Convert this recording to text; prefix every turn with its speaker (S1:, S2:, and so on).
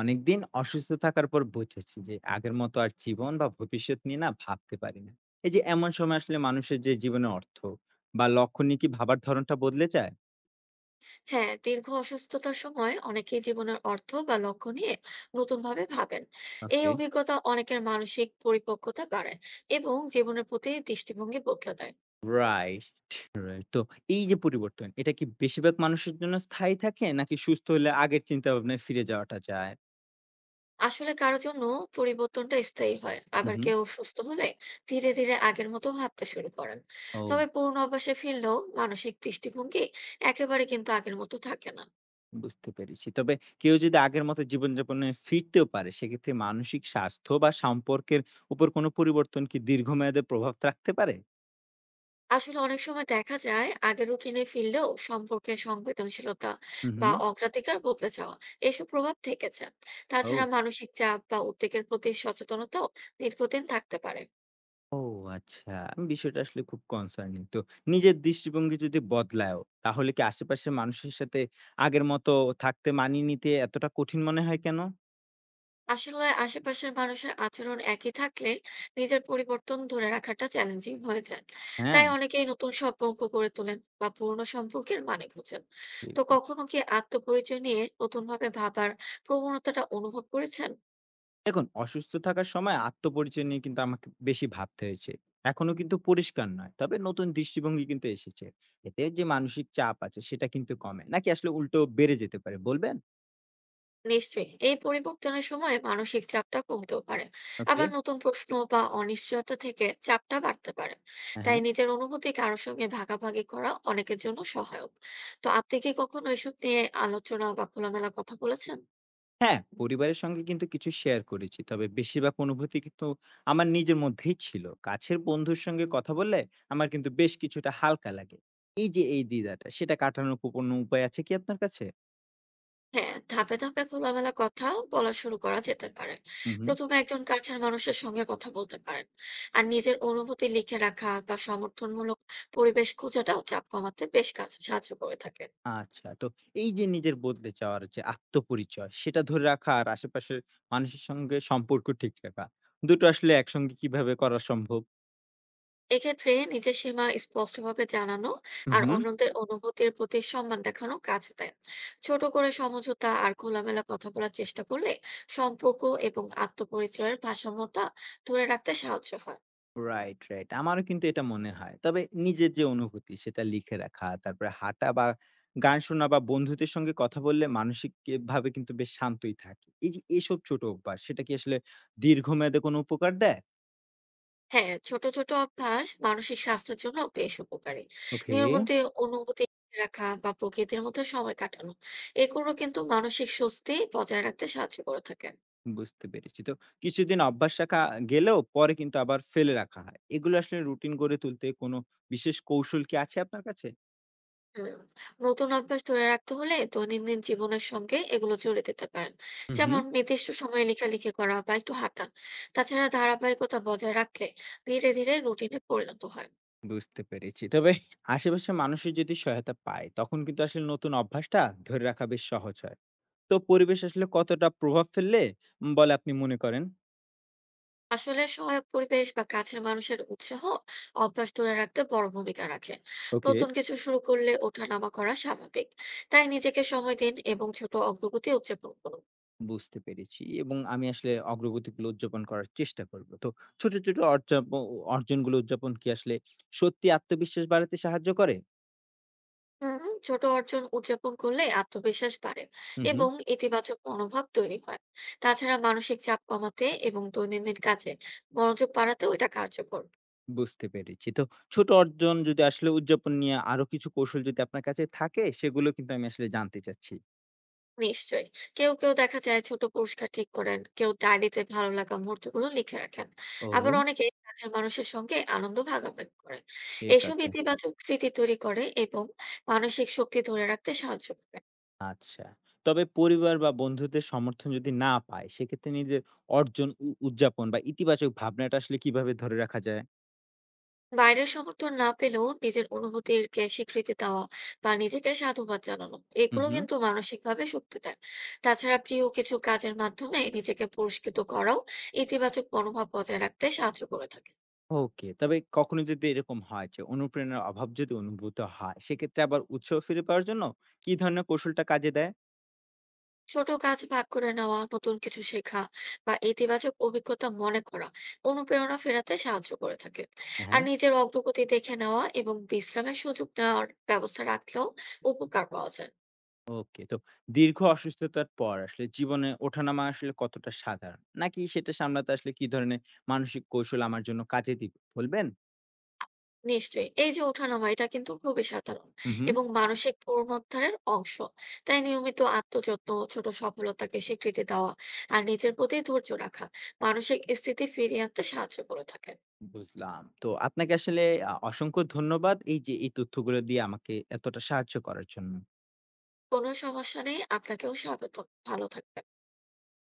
S1: অনেকদিন অসুস্থ থাকার পর বুঝেছি যে আগের মতো আর জীবন বা ভবিষ্যৎ নিয়ে না ভাবতে পারি না। এই যে এমন সময় আসলে মানুষের যে জীবনের অর্থ বা লক্ষ্য নিয়ে কি ভাবার ধরনটা বদলে যায়?
S2: হ্যাঁ, দীর্ঘ অসুস্থতার সময় অনেকেই জীবনের অর্থ বা লক্ষ্য নিয়ে নতুন ভাবে ভাবেন। এই
S1: ওকে।
S2: অভিজ্ঞতা অনেকের মানসিক পরিপক্কতা বাড়ায় এবং জীবনের প্রতি দৃষ্টিভঙ্গি বদলে দেয়।
S1: Right, right. তো এই যে পরিবর্তন, এটা কি বেশিরভাগ মানুষের জন্য স্থায়ী থাকে, নাকি সুস্থ হলে আগের চিন্তা ভাবনায় ফিরে যাওয়াটা যায়?
S2: আসলে কারো জন্য পরিবর্তনটা স্থায়ী হয়,
S1: হুম,
S2: আবার
S1: হুম।
S2: কেউ সুস্থ হলে ধীরে ধীরে আগের মতো ভাবতে শুরু করেন।
S1: ও।
S2: তবে পুরনো অভ্যাসে ফিরলেও মানসিক দৃষ্টিভঙ্গি একেবারে কিন্তু আগের মতো থাকে না।
S1: বুঝতে পেরেছি। তবে কেউ যদি আগের মতো জীবনযাপনে ফিরতেও পারে, সেক্ষেত্রে মানসিক স্বাস্থ্য বা সম্পর্কের উপর কোনো পরিবর্তন কি দীর্ঘমেয়াদে প্রভাব রাখতে পারে?
S2: আসলে অনেক সময় দেখা যায় আগের রুটিনে ফিরলেও সম্পর্কের সংবেদনশীলতা
S1: হুম,
S2: বা
S1: হুম।
S2: অগ্রাধিকার বদলে যাওয়া, এসব প্রভাব থেকেছে। তাছাড়া
S1: ও,
S2: মানসিক চাপ বা উদ্বেগের প্রতি সচেতনতাও দীর্ঘদিন থাকতে পারে।
S1: ও। আচ্ছা। আমি বিষয়টা আসলে খুব কনসার্নিং। তো নিজের দৃষ্টিভঙ্গি যদি বদলায়ও, তাহলে কি আশেপাশের মানুষের সাথে আগের মতো থাকতে মানিয়ে নিতে এতটা কঠিন মনে হয় কেন?
S2: আসলে আশেপাশের মানুষের আচরণ একই থাকলে নিজের পরিবর্তন ধরে রাখাটা চ্যালেঞ্জিং হয়ে যায়।
S1: হ্যাঁ,
S2: তাই অনেকেই নতুন সম্পর্ক গড়ে তোলেন বা পুরনো সম্পর্কের মানে খোঁজেন। তো
S1: ঠিক আছে।
S2: কখনো কি আত্মপরিচয় নিয়ে নতুন ভাবে ভাবার প্রবণতাটা অনুভব করেছেন?
S1: দেখুন, অসুস্থ থাকার সময় আত্মপরিচয় নিয়ে কিন্তু আমাকে বেশি ভাবতে হয়েছে। এখনো কিন্তু পরিষ্কার নয়। তবে নতুন দৃষ্টিভঙ্গি কিন্তু এসেছে। এতে যে মানসিক চাপ আছে সেটা কিন্তু কমে, নাকি আসলে উল্টো বেড়ে যেতে পারে বলবেন?
S2: নিশ্চয়ই এই পরিবর্তনের সময় মানসিক চাপটা কমতেও পারে,
S1: ওকে।
S2: আবার নতুন প্রশ্ন বা অনিশ্চয়তা থেকে চাপটা বাড়তে পারে।
S1: হ্যাঁ,
S2: তাই
S1: হ্যাঁ।
S2: নিজের অনুভূতি কারোর সঙ্গে ভাগাভাগি করা অনেকের জন্য সহায়ক। তো আপনি কি কখনো এসব নিয়ে আলোচনা বা খোলামেলা কথা বলেছেন?
S1: হ্যাঁ, পরিবারের সঙ্গে কিন্তু কিছু শেয়ার করেছি। তবে বেশিরভাগ অনুভূতি কিন্তু আমার নিজের মধ্যেই ছিল। কাছের বন্ধুর সঙ্গে কথা বললে আমার কিন্তু বেশ কিছুটা হালকা লাগে। এই যে এই দ্বিধাটা, সেটা কাটানোর কোনো উপায় আছে কি আপনার কাছে?
S2: হ্যাঁ, ধাপে ধাপে খোলামেলা কথা বলা শুরু করা যেতে পারে।
S1: হুম, হুম।
S2: প্রথমে একজন কাছের মানুষের সঙ্গে কথা বলতে পারেন। আর নিজের অনুভূতি লিখে রাখা বা সমর্থনমূলক পরিবেশ খোঁজাটাও চাপ কমাতে বেশ কাজ সাহায্য করে থাকে।
S1: আচ্ছা। তো এই যে নিজের বদলে যাওয়ার যে আত্মপরিচয়, সেটা ধরে রাখা আর আশেপাশের মানুষের সঙ্গে সম্পর্ক ঠিক রাখা, দুটো আসলে একসঙ্গে কিভাবে করা সম্ভব?
S2: এক্ষেত্রে নিজের সীমা স্পষ্টভাবে জানানো
S1: হুম,
S2: আর
S1: হুম।
S2: অন্যদের অনুভূতির প্রতি সম্মান দেখানো কাজে দেয়। ছোট করে সমঝোতা আর খোলামেলা কথা বলার চেষ্টা করলে সম্পর্ক এবং আত্মপরিচয়ের ভারসাম্যটা ধরে রাখতে সাহায্য হয়।
S1: Right, right. আমারও কিন্তু এটা মনে হয়। তবে নিজের যে অনুভূতি সেটা লিখে রাখা, তারপরে হাঁটা বা গান শোনা বা বন্ধুদের সঙ্গে কথা বললে মানসিক কে ভাবে কিন্তু বেশ শান্তই থাকি। এই যে এসব ছোট অভ্যাস, সেটা কি আসলে দীর্ঘমেয়াদে কোনো উপকার দেয়?
S2: হ্যাঁ, ছোট ছোট অভ্যাস মানসিক স্বাস্থ্যের জন্য বেশ উপকারী।
S1: ওকে,
S2: নিয়মিত অনুভূতি রাখা বা প্রকৃতির মধ্যে সময় কাটানো, এগুলো কিন্তু মানসিক স্বস্তি বজায় রাখতে সাহায্য করে থাকে।
S1: বুঝতে পেরেছি। তো কিছুদিন অভ্যাস রাখা গেলেও পরে কিন্তু আবার ফেলে রাখা হয়। এগুলো আসলে রুটিন গড়ে তুলতে কোনো বিশেষ কৌশল কি আছে আপনার কাছে?
S2: হুম, নতুন অভ্যাস ধরে রাখতে হলে দৈনন্দিন জীবনের সঙ্গে এগুলো জুড়ে দিতে পারেন।
S1: হুম, হুম।
S2: যেমন নির্দিষ্ট সময়ে লেখালেখি করা বা একটু হাঁটা। তাছাড়া ধারাবাহিকতা বজায় রাখলে ধীরে ধীরে রুটিনে পরিণত হয়।
S1: বুঝতে পেরেছি। তবে আশেপাশের মানুষের যদি সহায়তা পায় তখন কিন্তু আসলে নতুন অভ্যাসটা ধরে রাখা বেশ সহজ হয়। তো পরিবেশ আসলে কতটা প্রভাব ফেললে বলে আপনি মনে করেন?
S2: আসলে সহায়ক পরিবেশ বা কাছের মানুষের উৎসাহ অভ্যাস ধরে রাখতে বড় ভূমিকা রাখে।
S1: ওকে।
S2: নতুন কিছু শুরু করলে ওঠানামা করা স্বাভাবিক। তাই নিজেকে সময় দিন এবং ছোট অগ্রগতি উদযাপন করুন।
S1: বুঝতে পেরেছি এবং আমি আসলে অগ্রগতিগুলো উদযাপন করার চেষ্টা করব। তো ছোট, ছোট অর্জাপ অ অর্জনগুলো উদযাপন কি আসলে সত্যি আত্মবিশ্বাস বাড়াতে সাহায্য করে?
S2: হুম ছোট অর্জন উদযাপন করলে আত্মবিশ্বাস বাড়ে
S1: হুম, হুম।
S2: এবং ইতিবাচক মনোভাব তৈরি হয়। তাছাড়া মানসিক চাপ কমাতে এবং দৈনন্দিন কাজে মনোযোগ বাড়াতেও এটা কার্যকর।
S1: বুঝতে পেরেছি। তো ছোট অর্জন যদি আসলে উদযাপন নিয়ে আরো কিছু কৌশল যদি আপনার কাছে থাকে, সেগুলো কিন্তু আমি আসলে জানতে চাচ্ছি।
S2: নিশ্চয়ই কেউ কেউ দেখা যায় ছোট পুরস্কার ঠিক করেন, কেউ ডায়েরিতে ভালো লাগা মুহূর্তগুলো লিখে রাখেন। আবার
S1: ও!
S2: অনেকে কাছের মানুষের সঙ্গে আনন্দ ভাগাভাগি করে।
S1: ঠিক
S2: এসব
S1: আছে।
S2: ইতিবাচক স্মৃতি তৈরি করে এবং মানসিক শক্তি ধরে রাখতে সাহায্য করে।
S1: আচ্ছা। তবে পরিবার বা বন্ধুদের সমর্থন যদি না পায়, সেক্ষেত্রে নিজের অর্জন উদযাপন বা ইতিবাচক ভাবনাটা আসলে কিভাবে ধরে রাখা যায়?
S2: বাইরের সমর্থন না পেলেও নিজের অনুভূতিকে স্বীকৃতি দেওয়া বা নিজেকে সাধুবাদ জানানো,
S1: হুম,
S2: এগুলো
S1: হুম।
S2: কিন্তু মানসিকভাবে শক্তি দেয়। তাছাড়া প্রিয় কিছু কাজের মাধ্যমে নিজেকে পুরস্কৃত করাও ইতিবাচক মনোভাব বজায় রাখতে সাহায্য করে থাকে।
S1: ওকে। তবে কখনো যদি এরকম হয় যে অনুপ্রেরণার অভাব যদি অনুভূত হয়, সেক্ষেত্রে আবার উৎসাহ ফিরে পাওয়ার জন্য কি ধরনের কৌশলটা কাজে দেয়?
S2: ছোট কাজ ভাগ করে নেওয়া, নতুন কিছু শেখা বা ইতিবাচক অভিজ্ঞতা মনে করা অনুপ্রেরণা ফেরাতে সাহায্য করে থাকে। আর
S1: হ্যাঁ।
S2: নিজের অগ্রগতি দেখে নেওয়া এবং বিশ্রামের সুযোগ নেওয়ার ব্যবস্থা রাখলেও উপকার পাওয়া যায়।
S1: ওকে। তো দীর্ঘ অসুস্থতার পর আসলে জীবনে ওঠানামা আসলে কতটা সাধারণ? নাকি সেটা সামলাতে আসলে কি ধরনের মানসিক কৌশল আমার জন্য কাজে দিবে বলবেন?
S2: নিশ্চয়ই এই যে ওঠানামা, এটা কিন্তু খুবই সাধারণ
S1: হুম, হুম।
S2: এবং মানসিক পুনরুদ্ধারের অংশ। তাই নিয়মিত আত্মযত্ন, ছোট সফলতাকে স্বীকৃতি দেওয়া আর নিজের প্রতি ধৈর্য রাখা মানসিক স্থিতি ফিরিয়ে আনতে সাহায্য করে থাকে।
S1: বুঝলাম। তো আপনাকে আসলে অসংখ্য ধন্যবাদ এই যে এই তথ্যগুলো দিয়ে আমাকে এতটা সাহায্য করার জন্য।
S2: কোনো সমস্যা নেই, আপনাকেও স্বাগত। ভালো থাকবেন।